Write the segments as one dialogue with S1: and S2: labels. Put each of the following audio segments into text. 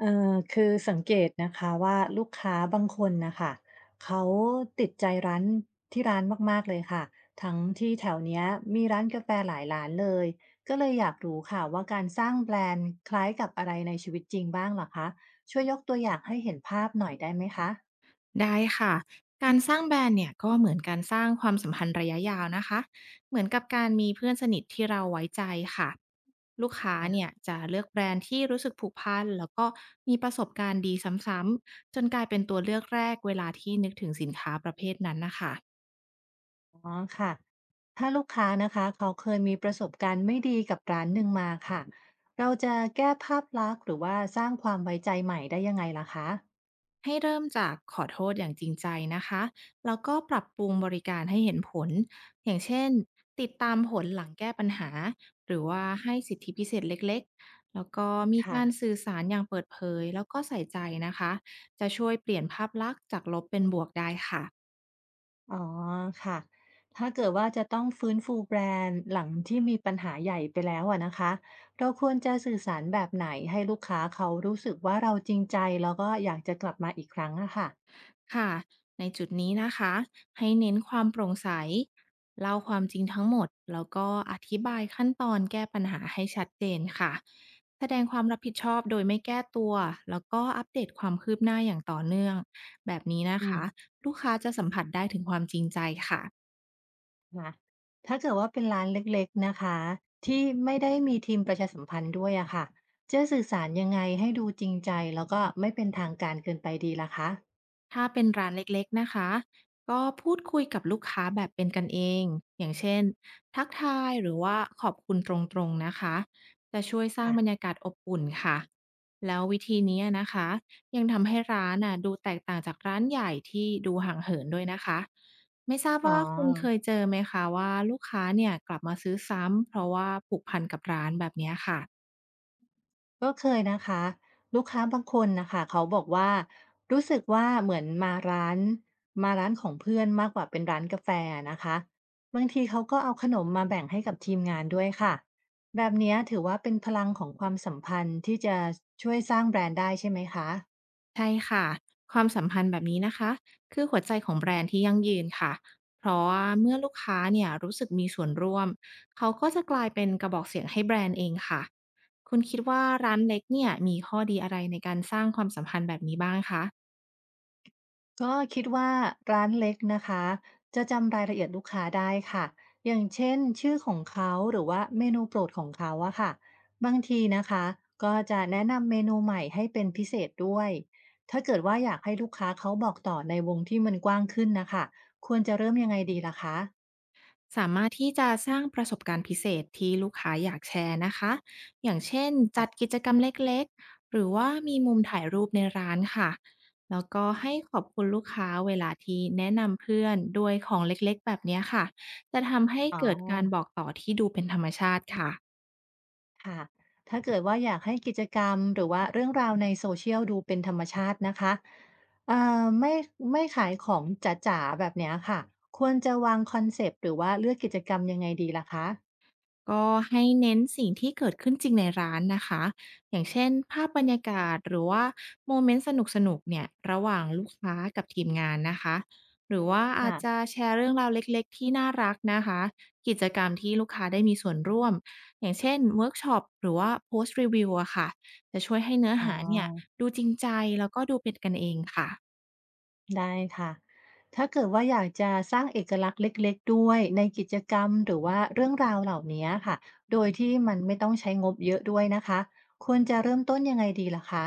S1: คือสังเกตนะคะว่าลูกค้าบางคนนะคะเขาติดใจร้านที่ร้านมากๆเลยค่ะทั้งที่แถวเนี้ยมีร้านกาแฟหลายร้านเลยก็เลยอยากรู้ค่ะว่าการสร้างแบรนด์คล้ายกับอะไรในชีวิตจริงบ้างเหรอคะช่วยยกตัวอย่างให้เห็นภาพหน่อยได้ไหมคะ
S2: ได้ค่ะการสร้างแบรนด์เนี่ยก็เหมือนการสร้างความสัมพันธ์ระยะยาวนะคะเหมือนกับการมีเพื่อนสนิทที่เราไว้ใจค่ะลูกค้าเนี่
S1: ค่ะ
S2: ยจะเลือกแบรนด์ที่รู้สึกผูกพันแล้วก็มีประสบการณ์ดีซ้ำๆจนกลายเป็นตัวเลือกแรกเวลาที่นึกถึงสินค้าประเภทนั้นนะคะ
S1: อ๋อค่ะถ้าลูกค้านะคะเขาเคยมีประสบการณ์ไม่ดีกับร้านหนึ่งมาค่ะเราจะแก้ภาพลักษณ์หรือว่าสร้างความไว้ใจใหม่ได้ยังไงล่ะคะ
S2: ให้เริ่มจากขอโทษอย่างจริงใจนะคะ แล้วก็ปรับปรุงบริการให้เห็นผล อย่างเช่นติดตามผลหลังแก้ปัญหา หรือว่าให้สิทธิพิเศษเล็กๆ แล้วก็มี
S1: ค่ะ
S2: การสื่อสารอย่างเปิดเผยแล้วก็ใส่ใจนะคะ จะช่วยเปลี่ยนภาพลักษณ์จากลบเป็นบวกได้ค่ะ
S1: อ๋อค่ะถ้าเกิดว่าจะต้องฟื้นฟูแบรนด์หลังที่มีปัญหาใหญ่ไปแล้วอะนะคะ เราควรจะสื่อสารแบบไหนให้ลูกค้าเขารู้สึกว่าเราจริงใจแล้วก็อยากจะกลับมาอีกครั้งอะค่ะ
S2: ค่ะในจุดนี้นะคะให้เน้นความโปร่งใสเล่าความจริงทั้งหมดแล้วก็อธิบายขั้นตอนแก้ปัญหาให้ชัดเจนค่ะแสดงความรับผิดชอบโดยไม่แก้ตัวแล้วก็อัปเดตความคืบหน้าอย่างต่อเนื่องแบบนี้นะ
S1: อื
S2: คะ
S1: ม
S2: ลูกค้าจะสัมผัสได้ถึงความจริงใจค่ะ
S1: นะถ้าเกิดว่าเป็นร้านเล็กๆนะคะที่ไม่ได้มีทีมประชาสัมพันธ์ด้วยอะค่ะจะสื่อสารยังไงให้ดูจริงใจแล้วก็ไม่เป็นทางการเกินไปดีล่ะคะ
S2: ถ้าเป็นร้านเล็กๆนะคะก็พูดคุยกับลูกค้าแบบเป็นกันเองอย่างเช่นทักทายหรือว่าขอบคุณตรงๆนะคะจะช่วยสร้าง
S1: ค่ะ
S2: บรรยากาศอบอุ่นค่ะแล้ววิธีนี้นะคะยังทำให้ร้านน่ะดูแตกต่างจากร้านใหญ่ที่ดูห่างเหินด้วยนะคะไม่ทราบ
S1: อ๋อ
S2: ว่าคุณเคยเจอไหมคะว่าลูกค้าเนี่ยกลับมาซื้อซ้ำเพราะว่าผูกพันกับร้านแบบเนี้ยค่ะ
S1: ก็เคยนะคะลูกค้าบางคนนะคะเขาบอกว่ารู้สึกว่าเหมือนมาร้านของเพื่อนมากกว่าเป็นร้านกาแฟนะคะบางทีเขาก็เอาขนมมาแบ่งให้กับทีมงานด้วยค่ะแบบเนี้ยถือว่าเป็นพลังของความสัมพันธ์ที่จะช่วยสร้างแบรนด์ได้ใช่ไหมคะ
S2: ใช่ค่ะ ความสัมพันธ์แบบนี้นะคะ คือหัวใจของแบรนด์ที่ยั่งยืนค่ะ เพราะว่าเมื่อลูกค้าเนี่ยรู้สึกมีส่วนร่วม เขาก็จะกลายเป็นกระบอกเสียงให้แบรนด์เองค่ะ คุณคิดว่าร้านเล็กเนี่ยมีข้อดีอะไรในการสร้างความสัมพันธ์แบบนี้บ้างคะ
S1: ก็คิดว่าร้านเล็กนะคะจะจำรายละเอียดลูกค้าได้ค่ะอย่างเช่นชื่อของเขาหรือว่าเมนูโปรดของเขาอะค่ะบางทีนะคะก็จะแนะนำเมนูใหม่ให้เป็นพิเศษด้วยถ้าเกิดว่าอยากให้ลูกค้าเขาบอกต่อในวงที่มันกว้างขึ้นนะคะควรจะเริ่มยังไงดีล่ะคะ
S2: สามารถที่จะสร้างประสบการณ์พิเศษที่ลูกค้าอยากแชร์นะคะอย่างเช่น
S1: อ่ะ
S2: จัดกิจกรรมเล็กๆหรือว่ามีมุมถ่ายรูปในร้านค่ะแล้วก็ให้ขอบคุณลูกค้าเวลาที่แนะนำเพื่อนด้วยของเล็กๆแบบเนี้ยค่ะจะทำให้
S1: อ๋อ
S2: เกิดการบอกต่อที่ดูเป็นธรรมชาติค่ะ
S1: ค่ะถ้าเกิดว่าอยากให้กิจกรรมหรือว่าเรื่องราวในโซเชียลดูเป็นธรรมชาตินะคะไม่ขายของจ๋าๆแบบเนี้ยค่ะ ควรจะวางคอนเซปต์หรือว่าเลือกกิจกรรมยังไงดีล่ะคะ
S2: ก็ให้เน้นสิ่งที่เกิดขึ้นจริงในร้านนะคะ อย่างเช่นภาพบรรยากาศหรือว่าโมเมนต์สนุกๆเนี่ยระหว่างลูกค้ากับทีมงานนะคะ หรือว่าอาจ
S1: ค่ะ
S2: จะแชร์เรื่องราวเล็กๆที่น่ารักนะคะกิจกรรมที่ลูกค้าได้มีส่วนร่วมอย่างเช่นเวิร์กช็อปหรือว่าโพสต์รีวิวอะค่ะจะช่วยให้เนื้อ
S1: อ๋อ
S2: หาเนี่ยดูจริงใจแล้วก็ดูเป็นกันเองค่ะ
S1: ได้ค่ะถ้าเกิดว่าอยากจะสร้างเอกลักษณ์เล็กๆด้วยในกิจกรรมหรือว่าเรื่องราวเหล่านี้ค่ะ โดยที่มันไม่ต้องใช้งบเยอะด้วยนะคะควรจะเริ่มต้นยังไงดีล่ะคะ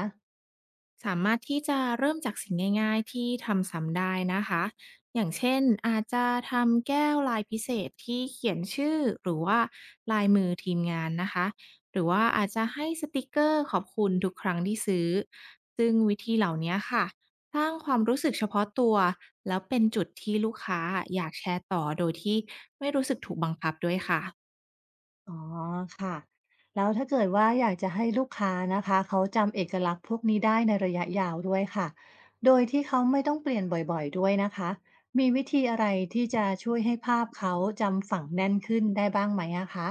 S2: สามารถที่จะเริ่มจากสิ่งง่ายๆที่ทำซ้ำได้นะคะ อย่างเช่นอาจจะทำแก้วลายพิเศษที่เขียนชื่อหรือว่าลายมือทีมงานนะคะ หรือว่าอาจจะให้สติกเกอร์ขอบคุณทุกครั้งที่ซื้อ ซึ่งวิธีเหล่านี้ค่ะสร้างความรู้สึกเฉพาะตัวแล้วเป็นจุดที่ลูกค้าอยากแชร์ต่อโดยที่ไม่รู้สึกถูกบังคับด้วยค่ะ
S1: อ๋อค่ะแล้วถ้าเกิดว่าอยากจะให้ลูกค้านะคะเขาจำเอกลักษณ์พวกนี้ได้ในระยะยาวด้วยค่ะโดยที่เขาไม่ต้องเปลี่ยนบ่อยๆด้วยนะคะมีวิธีอะไรที่จะช่วยให้ภาพเขาจำฝังแน่นขึ้นได้บ้างไหมอะคะ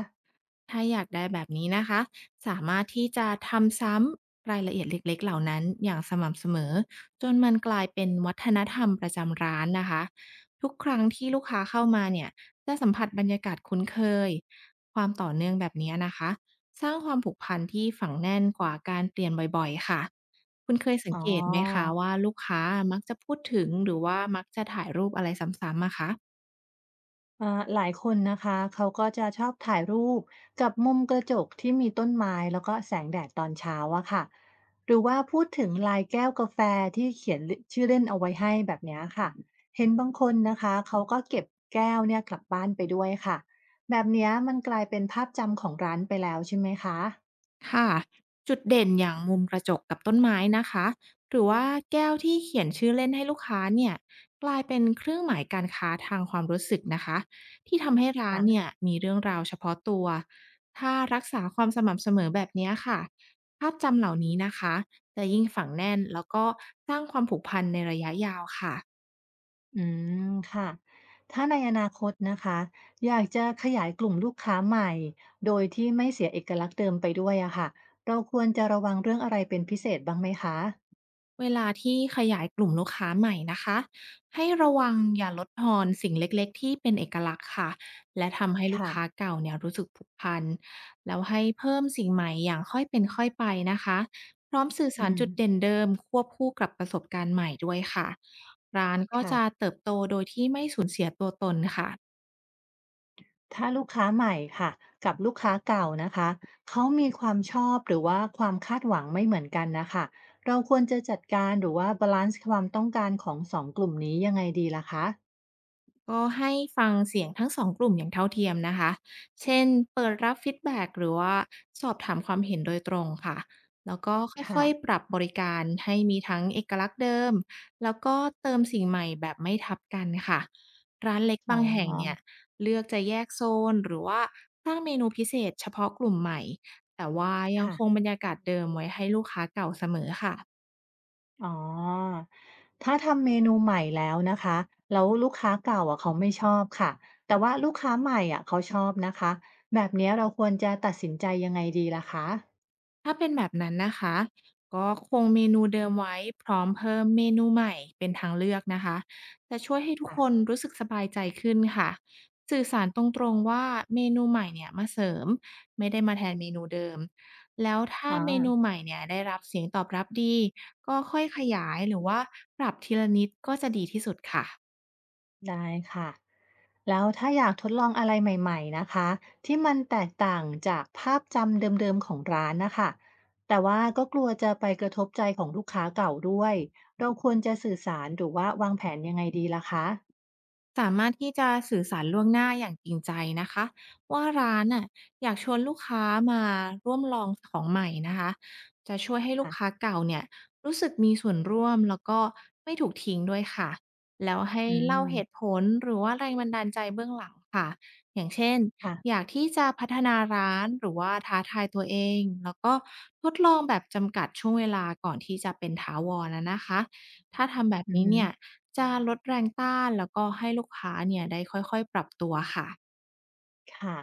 S2: ถ้าอยากได้แบบนี้นะคะสามารถที่จะทำซ้ำรายละเอียดเล็กๆเหล่านั้นอย่างสม่ำเสมอจนมันกลายเป็นวัฒนธรรมประจำร้านนะคะทุกครั้งที่ลูกค้าเข้ามาเนี่ยจะสัมผัสบรรยากาศคุ้นเคยความต่อเนื่องแบบนี้นะคะสร้างความผูกพันที่ฝังแน่นกว่าการเปลี่ยนบ่อยๆค่ะคุณเคยสัง
S1: อ๋
S2: เกตไหมคะ
S1: อ
S2: ว่าลูกค้ามักจะพูดถึงหรือว่ามักจะถ่ายรูปอะไรซ้ำๆอะคะ
S1: อ่าหลายคนนะคะเขาก็จะชอบถ่ายรูปกับมุมกระจกที่มีต้นไม้แล้วก็แสงแดดตอนเช้าอะค่ะหรือว่าพูดถึงลายแก้วกาแฟที่เขียนชื่อเล่นเอาไว้ให้แบบเนี้ยค่ะเห็นบางคนนะคะเขาก็เก็บแก้วเนี่ยกลับบ้านไปด้วยค่ะแบบเนี้ยมันกลายเป็นภาพจำของร้านไปแล้วใช่ไหมคะ
S2: ค่ะจุดเด่นอย่างมุมกระจกกับต้นไม้นะคะหรือว่าแก้วที่เขียนชื่อเล่นให้ลูกค้าเนี่ยกลายเป็นเครื่องหมายการค้าทางความรู้สึกนะคะที่ทำให้ร้านเนี่ยมีเรื่องราวเฉพาะตัวถ้ารักษาความสม่ำเสมอแบบเนี้ยค่ะภาพจำเหล่านี้นะคะจะยิ่งฝังแน่นแล้วก็สร้างความผูกพันในระยะยาวค่ะ
S1: อืมค่ะถ้าในอนาคตนะคะอยากจะขยายกลุ่มลูกค้าใหม่โดยที่ไม่เสียเอกลักษณ์เดิมไปด้วยอะค่ะเราควรจะระวังเรื่องอะไรเป็นพิเศษบ้างไหมคะ
S2: เวลาที่ขยายกลุ่มลูกค้าใหม่นะคะให้ระวังอย่าลดทอนสิ่งเล็กๆที่เป็นเอกลักษณ์ค่ะและทำให้ลูก
S1: ค่ะ
S2: ค้าเก่าเนี่ยรู้สึกผูกพันแล้วให้เพิ่มสิ่งใหม่อย่างค่อยเป็นค่อยไปนะคะพร้อมสื่อ
S1: อื
S2: สารจุดเด่น
S1: ม
S2: เดิมควบคู่กับประสบการณ์ใหม่ด้วยค่ะร้านก็จะ
S1: ค่ะ
S2: เติบโตโดยที่ไม่สูญเสียตัวตนค่ะ
S1: ถ้าลูกค้าใหม่ค่ะกับลูกค้าเก่านะคะเขามีความชอบหรือว่าความคาดหวังไม่เหมือนกันนะคะเราควรจะจัดการหรือว่าบาลานซ์ความต้องการของ2กลุ่มนี้ยังไงดีล่ะคะ
S2: ก็ให้ฟังเสียงทั้งสองกลุ่มอย่างเท่าเทียมนะคะ เช่นเปิดรับฟีดแบ็กหรือว่าสอบถามความเห็นโดยตรงค่ะ แล้วก็ค่อยๆป
S1: ค่ะ
S2: รับบริการให้มีทั้งเอกลักษณ์เดิม แล้วก็เติมสิ่งใหม่แบบไม่ทับกันค่ะร้านเล็ก
S1: อ๋อ
S2: บางแห่งเนี่ยเลือกจะแยกโซนหรือว่าสร้างเมนูพิเศษเฉพาะกลุ่มใหม่ แต่ว่ายัง
S1: ค่ะ
S2: คงบรรยากาศเดิมไว้ให้ลูกค้าเก่าเสมอค่ะ
S1: อ๋อถ้าทำเมนูใหม่แล้วนะคะแล้วลูกค้าเก่าอะเขาไม่ชอบค่ะแต่ว่าลูกค้าใหม่อะเขาชอบนะคะแบบเนี้ยเราควรจะตัดสินใจยังไงดีล่ะคะ
S2: ถ้าเป็นแบบนั้นนะคะก็คงเมนูเดิมไว้พร้อมเพิ่มเมนูใหม่เป็นทางเลือกนะคะจะช่วยให้ทุกคน
S1: ค่ะ
S2: รู้สึกสบายใจขึ้นค่ะสื่อสารตรงๆว่าเมนูใหม่เนี่ยมาเสริมไม่ได้มาแทนเมนูเดิมแล้วถ้า
S1: อ่
S2: เมนู
S1: า
S2: ใหม่เนี่ยได้รับเสียงตอบรับดีก็ค่อยขยายหรือว่าปรับทีละนิดก็จะดีที่สุดค่ะ
S1: ได้ค่ะแล้วถ้าอยากทดลองอะไรใหม่ๆนะคะที่มันแตกต่างจากภาพจำเดิมๆของร้านนะคะแต่ว่าก็กลัวจะไปกระทบใจของลูกค้าเก่าด้วยเราควรจะสื่อสารหรือว่าวางแผนยังไงดีล่ะคะ
S2: สามารถที่จะสื่อสารล่วงหน้าอย่างจริงใจนะคะว่าร้านน่ะอยากชวนลูกค้ามาร่วมลองของใหม่นะคะจะช่วยให้ลูกค้า
S1: ค่ะ
S2: เก่าเนี่ยรู้สึกมีส่วนร่วมแล้วก็ไม่ถูกทิ้งด้วยค่ะแล้วให้
S1: อื
S2: เล่าเหตุ
S1: ม
S2: ผลหรือว่าแรงบันดาลใจเบื้องหลังค่ะอย่างเช่นอ
S1: ค่ะ
S2: ยากที่จะพัฒนาร้านหรือว่าท้าทายตัวเองแล้วก็ทดลองแบบจำกัดช่วงเวลาก่อนที่จะเป็นถาวรนะคะ ถ้าทำแบบ
S1: อื
S2: นี้เนี่
S1: ม
S2: ยจะลดแรงต้านแล้วก็ให้ลูกค้าเนี่ยได้ค่อยๆปรับตัวค่ะ
S1: ค่ะ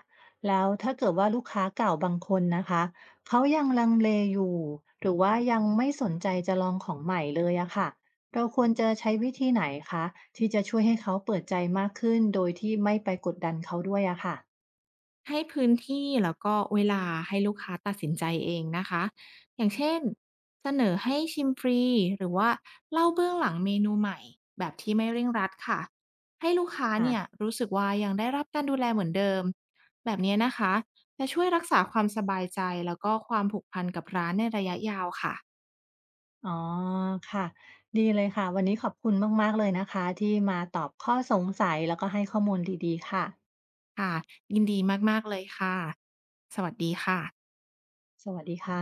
S1: แล้วถ้าเกิดว่าลูกค้าเก่าบางคนนะคะเขายังลังเลอยู่หรือว่ายังไม่สนใจจะลองของใหม่เลยอะค่ะเราควรจะใช้วิธีไหนคะที่จะช่วยให้เขาเปิดใจมากขึ้นโดยที่ไม่ไปกดดันเขาด้วยอะค่ะ
S2: ให้พื้นที่แล้วก็เวลาให้ลูกค้าตัดสินใจเองนะคะอย่างเช่นเสนอให้ชิมฟรีหรือว่าเล่าเบื้องหลังเมนูใหม่แบบที่ไม่เร่งรัดค่ะให้ลูกค้าเนี่ย
S1: ค่ะ
S2: รู้สึกว่ายังได้รับการดูแลเหมือนเดิมแบบนี้นะคะจะช่วยรักษาความสบายใจแล้วก็ความผูกพันกับร้านในระยะยาวค่ะ
S1: อ๋อค่ะดีเลยค่ะวันนี้ขอบคุณมากๆเลยนะคะที่มาตอบข้อสงสัยแล้วก็ให้ข้อมูลดีๆค่ะ
S2: ค่ะยินดีมากๆเลยค่ะสวัสดีค่ะ
S1: สวัสดีค่ะ